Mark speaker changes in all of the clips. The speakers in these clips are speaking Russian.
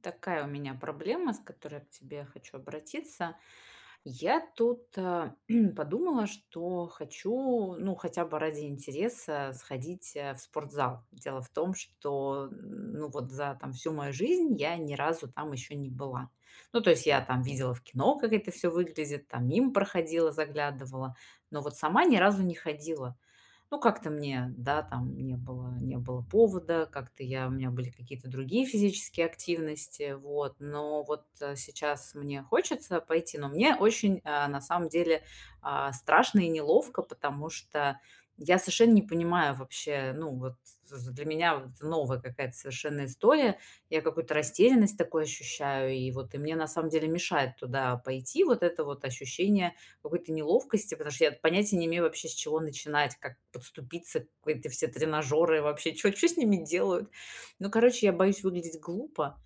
Speaker 1: Такая у меня проблема, с которой к тебе хочу обратиться. Я тут подумала, что хочу, ну, хотя бы ради интереса сходить в спортзал. Дело в том, что, ну, вот за там всю мою жизнь я ни разу там еще не была. Ну, то есть я там видела в кино, как это все выглядит, там мимо проходила, заглядывала, но вот сама ни разу не ходила. Ну, как-то мне, да, там не было повода, как-то я у меня были какие-то другие физические активности, вот. Но вот, сейчас мне хочется пойти, но мне очень, на самом деле, страшно и неловко, потому что я совершенно не понимаю вообще, ну, вот з для меня вот это новая какая-то совершенно история. Я какую-то растерянность такую ощущаю, и вот мне на самом деле мешает туда пойти вот это вот ощущение какой-то неловкости, потому что я понятия не имею вообще, с чего начинать, как подступиться, к эти все тренажеры вообще, что с ними делают. Ну, короче, я боюсь выглядеть глупо.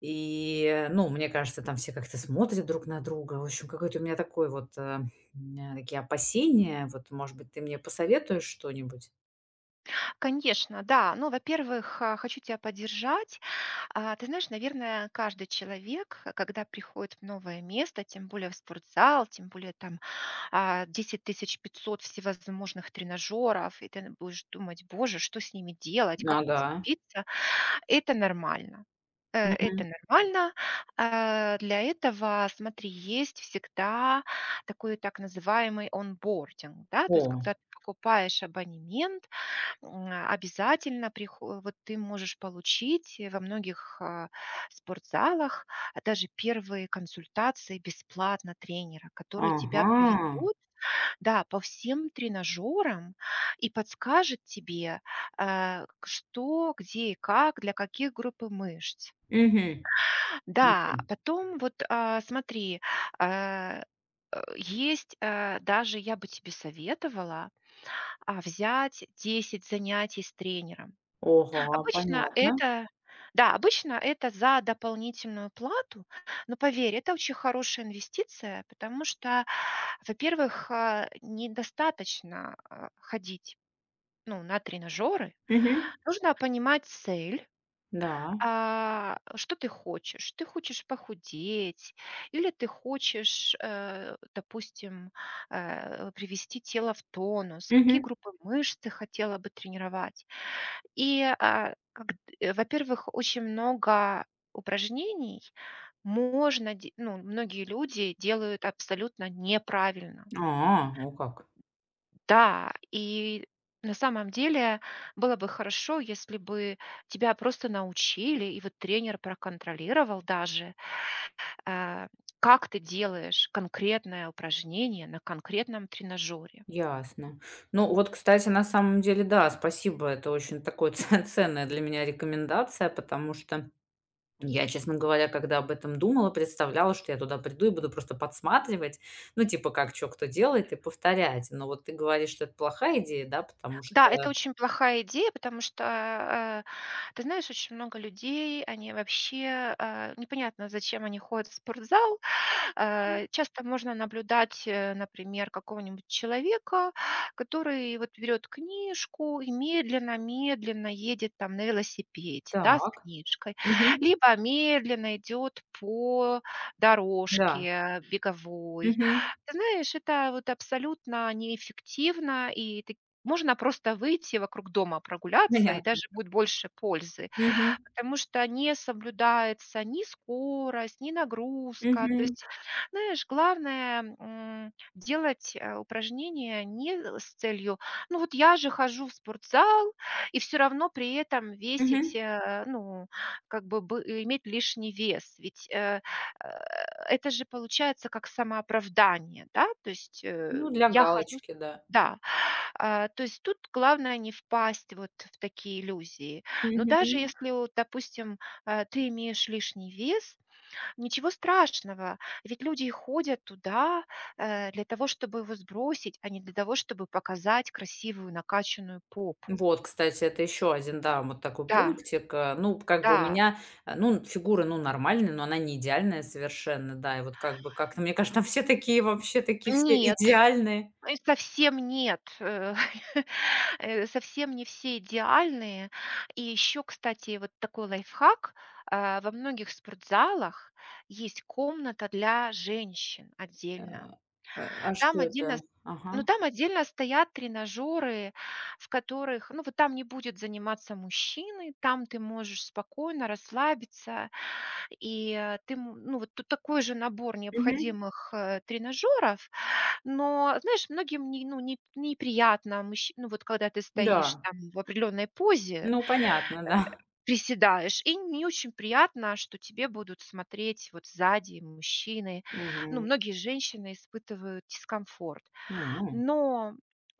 Speaker 1: И, ну, мне кажется, там все как-то смотрят друг на друга. В общем, какой-то у меня такой вот, у меня такие опасения. Вот, может быть, ты мне посоветуешь что-нибудь?
Speaker 2: Конечно, да. Ну, во-первых, хочу тебя поддержать. Ты знаешь, наверное, каждый человек, когда приходит в новое место, тем более в спортзал, тем более там 10 500 всевозможных тренажеров, и ты будешь думать, боже, что с ними делать, как
Speaker 1: Ага.
Speaker 2: подступиться, это нормально. Это
Speaker 1: Мгм.
Speaker 2: нормально. Для этого, смотри, есть всегда такой так называемый онбординг, да, то есть
Speaker 1: О,
Speaker 2: когда ты покупаешь абонемент, М, а, обязательно прихо вот ты можешь получить во многих, спортзалах, даже первые консультации бесплатно тренера, который тебя
Speaker 1: ага.
Speaker 2: проведет, да, по всем тренажерам и подскажет тебе, а, к что, где и как, для каких группы мышц.
Speaker 1: Мгм.
Speaker 2: Да,
Speaker 1: Мгм.
Speaker 2: потом вот, смотри, а, есть, даже я бы тебе советовала, взять 10 занятий с тренером.
Speaker 1: Ага,
Speaker 2: Обычно
Speaker 1: понятно.
Speaker 2: это Да, обычно это за дополнительную плату, но поверь, это очень хорошая инвестиция, потому что, во-первых, недостаточно, ходить, ну, на тренажеры.
Speaker 1: Мгм.
Speaker 2: Нужно понимать цель,
Speaker 1: Да.
Speaker 2: что ты хочешь. Ты хочешь похудеть или ты хочешь, допустим, привести тело в тонус, какие
Speaker 1: Мгм.
Speaker 2: группы мышц ты хотела бы тренировать. Во-первых, очень много упражнений можно де ну, многие люди делают абсолютно неправильно.
Speaker 1: А, о как.
Speaker 2: Да, и на самом деле было бы хорошо, если бы тебя просто научили, и вот тренер проконтролировал даже, а, как ты делаешь конкретное упражнение на конкретном тренажере.
Speaker 1: Ясно. Ну вот, кстати, на самом деле, да, спасибо. Это очень такой ценная для меня рекомендация, потому что я, честно говоря, когда об этом думала, представляла, что я туда приду и буду просто подсматривать, ну, типа, как что кто делает, и повторять. Но вот ты говоришь, что это плохая идея, да, потому
Speaker 2: Да,
Speaker 1: что...
Speaker 2: это очень плохая идея, потому что, э, ты знаешь, очень много людей, они вообще, непонятно, зачем они ходят в спортзал. Часто можно наблюдать, например, какого-нибудь человека, который вот берет книжку и медленно-медленно едет там на велосипеде, да, с
Speaker 1: Так.
Speaker 2: книжкой,
Speaker 1: Мгм.
Speaker 2: либо медленно идет по дорожке
Speaker 1: Да.
Speaker 2: беговой.
Speaker 1: Мгм.
Speaker 2: Ты знаешь, это вот абсолютно неэффективно, и таки можно просто выйти вокруг дома прогуляться, и
Speaker 1: Понятно.
Speaker 2: даже будет больше пользы,
Speaker 1: Мгм.
Speaker 2: потому что не соблюдается ни скорость, ни нагрузка. То
Speaker 1: Мгм.
Speaker 2: есть, знаешь, главное, делать, упражнения не с целью: "Ну, вот я же хожу в спортзал", и все равно при этом весить,
Speaker 1: Мгм.
Speaker 2: ну, как бы иметь лишний вес. Ведь, э, это же получается как самооправдание, да? То есть,
Speaker 1: Ну, для
Speaker 2: я хожу.
Speaker 1: галочки, да.
Speaker 2: Да. То есть тут главное не впасть вот в такие иллюзии. Но даже
Speaker 1: Мгм.
Speaker 2: если, вот, допустим, ты имеешь лишний вес, ничего страшного, ведь люди и ходят туда, для того, чтобы его сбросить, а не для того, чтобы показать красивую накачанную попу.
Speaker 1: Вот, кстати, это еще один, да, вот такой
Speaker 2: Да,
Speaker 1: пунктик. Ну, как бы у
Speaker 2: да.
Speaker 1: меня, ну, фигура, ну, нормальная, но она не идеальная совершенно, да. И вот как бы как-то, мне кажется, все такие вообще, такие все
Speaker 2: Нет.
Speaker 1: идеальные.
Speaker 2: Совсем нет, совсем не все идеальные. И еще, кстати, вот такой лайфхак. Во многих спортзалах есть комната для женщин
Speaker 1: Э,
Speaker 2: отдельно.
Speaker 1: а
Speaker 2: Там
Speaker 1: что
Speaker 2: отдельно с
Speaker 1: это?
Speaker 2: Ну,
Speaker 1: Ага.
Speaker 2: там отдельно стоят тренажеры, в которых, ну, вот там не будет заниматься мужчины, там ты можешь спокойно расслабиться. И, э, ты, м Ну, вот тут такой же набор
Speaker 1: Мгм.
Speaker 2: необходимых, тренажеров, но, знаешь, многим не, ну, не, неприятно, ну вот когда ты стоишь
Speaker 1: Да.
Speaker 2: там в определенной позе,
Speaker 1: Ну, понятно, да.
Speaker 2: приседаешь, и не очень приятно, что тебе будут смотреть вот сзади мужчины. Ну,
Speaker 1: Мгм.
Speaker 2: многие женщины испытывают дискомфорт.
Speaker 1: М.
Speaker 2: Но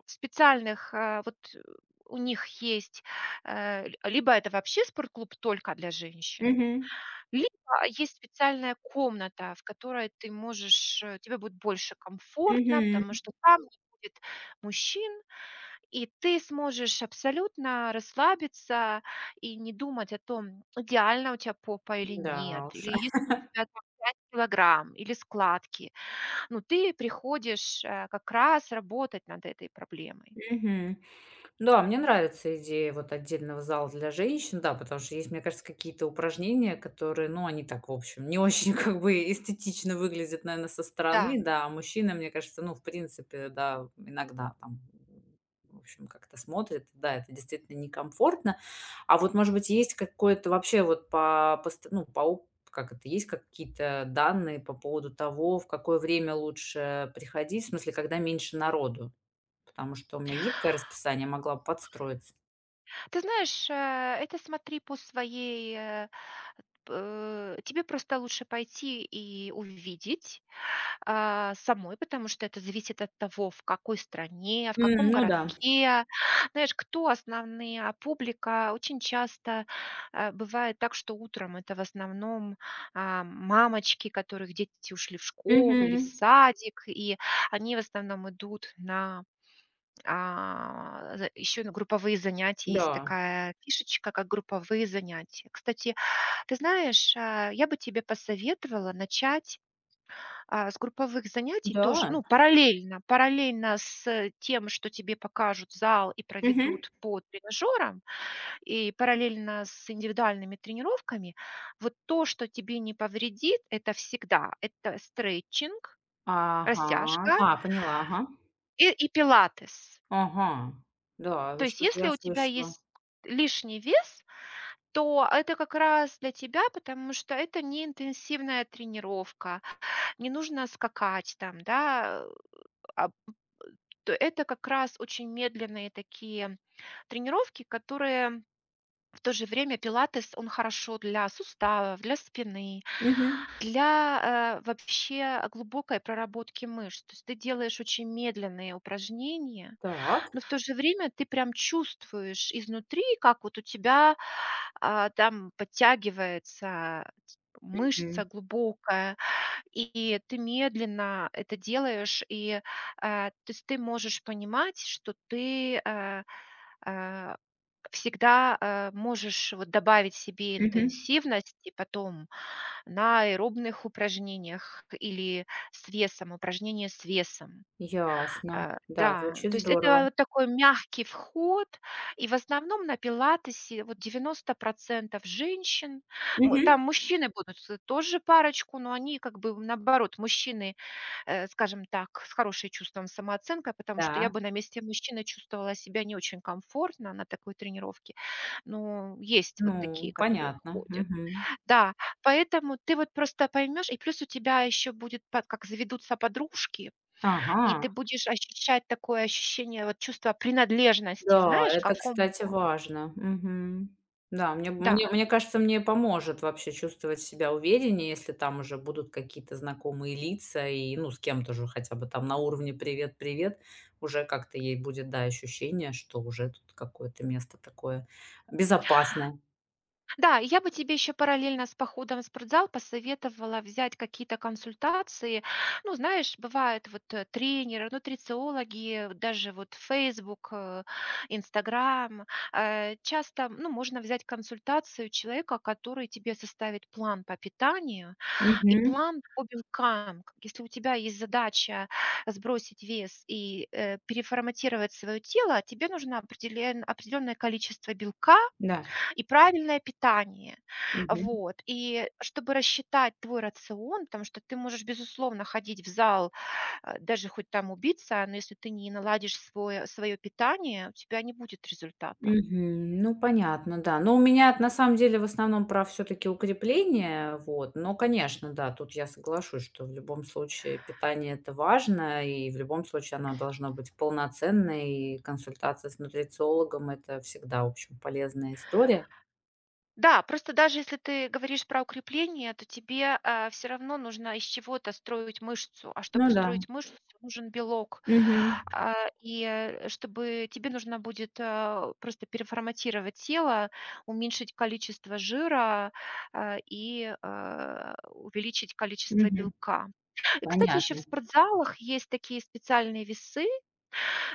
Speaker 2: в специальных, а, вот э, у них есть, э, л- либо это вообще спортклуб только для женщин,
Speaker 1: Мгм.
Speaker 2: либо есть специальная комната, в которой тебе будет больше комфортно,
Speaker 1: Мгм.
Speaker 2: потому что там не будет мужчин, и ты сможешь абсолютно расслабиться и не думать о том, идеально у тебя попа или нет,
Speaker 1: Да уж.
Speaker 2: или если у тебя там 5 килограмм или складки. Ну, ты приходишь, как раз работать над этой проблемой.
Speaker 1: Мгм. Да, мне нравится идея вот отдельного зала для женщин, да, потому что есть, мне кажется, какие-то упражнения, которые, ну, они так, в общем, не очень как бы эстетично выглядят, наверное, со
Speaker 2: Да.
Speaker 1: стороны, да, а мужчина, мне кажется, ну, в принципе, да, иногда там, в общем, как-то смотрит, да, это действительно некомфортно. А вот, может быть, есть какое-то вообще вот ну, как это, есть какие-то данные по поводу того, в какое время лучше приходить, в смысле, когда меньше народу? Потому что у меня гибкое расписание, могла бы подстроиться.
Speaker 2: Ты знаешь, э, это смотри по своей, э, э, тебе просто лучше пойти и увидеть, самой, потому что это зависит от того, в какой стране, в
Speaker 1: М,
Speaker 2: каком
Speaker 1: ну да.
Speaker 2: городке. Знаешь, кто основная публика. Очень часто, бывает так, что утром это в основном, мамочки, которых дети ушли в школу или в
Speaker 1: Мгм.
Speaker 2: садик, и они в основном идут на еще на групповые занятия есть
Speaker 1: Да,
Speaker 2: такая фишечка, как групповые занятия. Кстати, ты знаешь, я бы тебе посоветовала начать, с групповых занятий тоже,
Speaker 1: да.
Speaker 2: ну, параллельно с тем, что тебе покажут зал и
Speaker 1: Мгм.
Speaker 2: проведут по тренажерам, и параллельно с индивидуальными тренировками. Вот то, что тебе не повредит, это всегда это стретчинг,
Speaker 1: Ага.
Speaker 2: растяжка
Speaker 1: А, поняла, ага.
Speaker 2: и пилатес.
Speaker 1: Ага. Да,
Speaker 2: То
Speaker 1: вот
Speaker 2: есть
Speaker 1: что-то
Speaker 2: если
Speaker 1: я
Speaker 2: у тебя
Speaker 1: слышала.
Speaker 2: есть лишний вес, то это как раз для тебя, потому что это не интенсивная тренировка, не нужно скакать там, да, а, то это как раз очень медленные такие тренировки, которые в то же время пилатес, он хорошо для суставов, для спины,
Speaker 1: Мгм.
Speaker 2: для вообще глубокой проработки мышц. То есть ты делаешь очень медленные упражнения,
Speaker 1: Так.
Speaker 2: но в то же время ты прям чувствуешь изнутри, как вот у тебя, там подтягивается
Speaker 1: Мгм.
Speaker 2: мышца глубокая, и ты медленно это делаешь. То есть ты можешь понимать, что ты, э, всегда, можешь вот добавить себе
Speaker 1: Мгм.
Speaker 2: интенсивности потом на аэробных упражнениях или с весом, упражнения с весом.
Speaker 1: Ясно. Да,
Speaker 2: Да,
Speaker 1: звучит
Speaker 2: то есть
Speaker 1: здорово.
Speaker 2: это вот такой мягкий вход. И в основном на пилатесе вот 90 женщин.
Speaker 1: Мгм.
Speaker 2: Там мужчины будут с тоже парочку, но они как бы, наоборот, мужчины, скажем так, с хорошим чувством самооценки, потому что я
Speaker 1: Да,
Speaker 2: бы на месте мужчины чувствовала себя не очень комфортно на такой тренировке. Но есть вот такие,
Speaker 1: ну,
Speaker 2: которые
Speaker 1: понятно.
Speaker 2: ходят.
Speaker 1: Мгм.
Speaker 2: Да, поэтому ты вот просто поймешь, и плюс у тебя еще будет, по как заведутся подружки, и
Speaker 1: Ага.
Speaker 2: ты будешь ощущать такое ощущение, вот чувство принадлежности,
Speaker 1: Да,
Speaker 2: знаешь, к
Speaker 1: это, кстати,
Speaker 2: какому-то.
Speaker 1: важно. Мгм. Да, мне
Speaker 2: Да.
Speaker 1: мне мне кажется, мне поможет вообще чувствовать себя увереннее, если там уже будут какие-то знакомые лица и, ну, с кем-то же хотя бы там на уровне "привет, привет", уже как-то ей будет, да, ощущение, что уже тут какое-то место такое безопасное.
Speaker 2: Да, и я бы тебе еще параллельно с походом в спортзал посоветовала взять какие-то консультации. Ну, знаешь, бывают вот тренеры, нутрициологи, даже вот Facebook, Instagram. Часто, ну, можно взять консультацию человека, который тебе составит план по питанию, и
Speaker 1: Мгм.
Speaker 2: план по белкам. К Если у тебя есть задача сбросить вес и, переформатировать свое тело, тебе нужно определенное количество белка
Speaker 1: Да.
Speaker 2: и правильное питание. Вот. И чтобы рассчитать твой рацион, потому что ты можешь, безусловно, ходить в зал, даже хоть там убиться, но если ты не наладишь свое питание, у тебя не будет результата.
Speaker 1: Мгм. Ну, понятно, да. Но у меня на самом деле в основном про все-таки укрепление. Вот. Но, конечно, да, тут я соглашусь, что в любом случае питание это важно, и в любом случае оно должно быть полноценное, и консультация с нутрициологом это всегда, в общем, полезная история.
Speaker 2: Да, просто даже если ты говоришь про укрепление, то тебе, все равно нужно из чего-то строить мышцу, а чтобы
Speaker 1: Ну да.
Speaker 2: строить мышцу, нужен белок.
Speaker 1: Мгм.
Speaker 2: А, и, э, чтобы Тебе нужно будет, просто переформатировать тело, уменьшить количество жира, увеличить количество
Speaker 1: Мгм.
Speaker 2: белка. И, кстати, еще в
Speaker 1: Понятно.
Speaker 2: спортзалах есть такие специальные весы,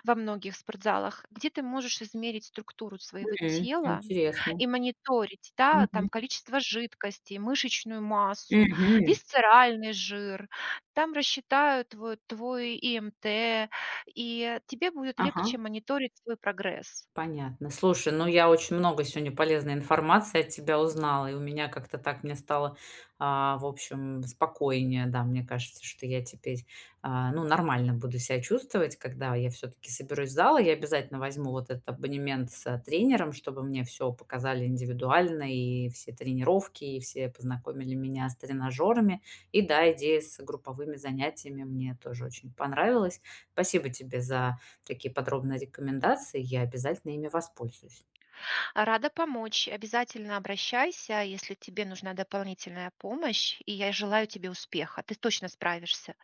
Speaker 2: во многих спортзалах, где ты можешь измерить структуру своего
Speaker 1: М,
Speaker 2: тела
Speaker 1: интересно.
Speaker 2: и мониторить, да, там
Speaker 1: Мгм.
Speaker 2: количество жидкости, мышечную массу,
Speaker 1: Мгм.
Speaker 2: висцеральный жир. Там рассчитают вот твой ИМТ, и тебе будет
Speaker 1: Ага.
Speaker 2: легче мониторить свой прогресс.
Speaker 1: Понятно. Слушай, ну я очень много сегодня полезной информации от тебя узнала, и у меня как-то так мне стало, в общем, спокойнее. Да, мне кажется, что я теперь, ну, нормально буду себя чувствовать, когда я все-таки соберусь в зал. Я обязательно возьму вот этот абонемент с тренером, чтобы мне все показали индивидуально, и все тренировки, и все познакомили меня с тренажерами. И да, идея с групповыми занятиями мне тоже очень понравилась. Спасибо тебе за такие подробные рекомендации, я обязательно ими воспользуюсь.
Speaker 2: Рада помочь. Обязательно обращайся, если тебе нужна дополнительная помощь, и я желаю тебе успеха. Ты точно справишься.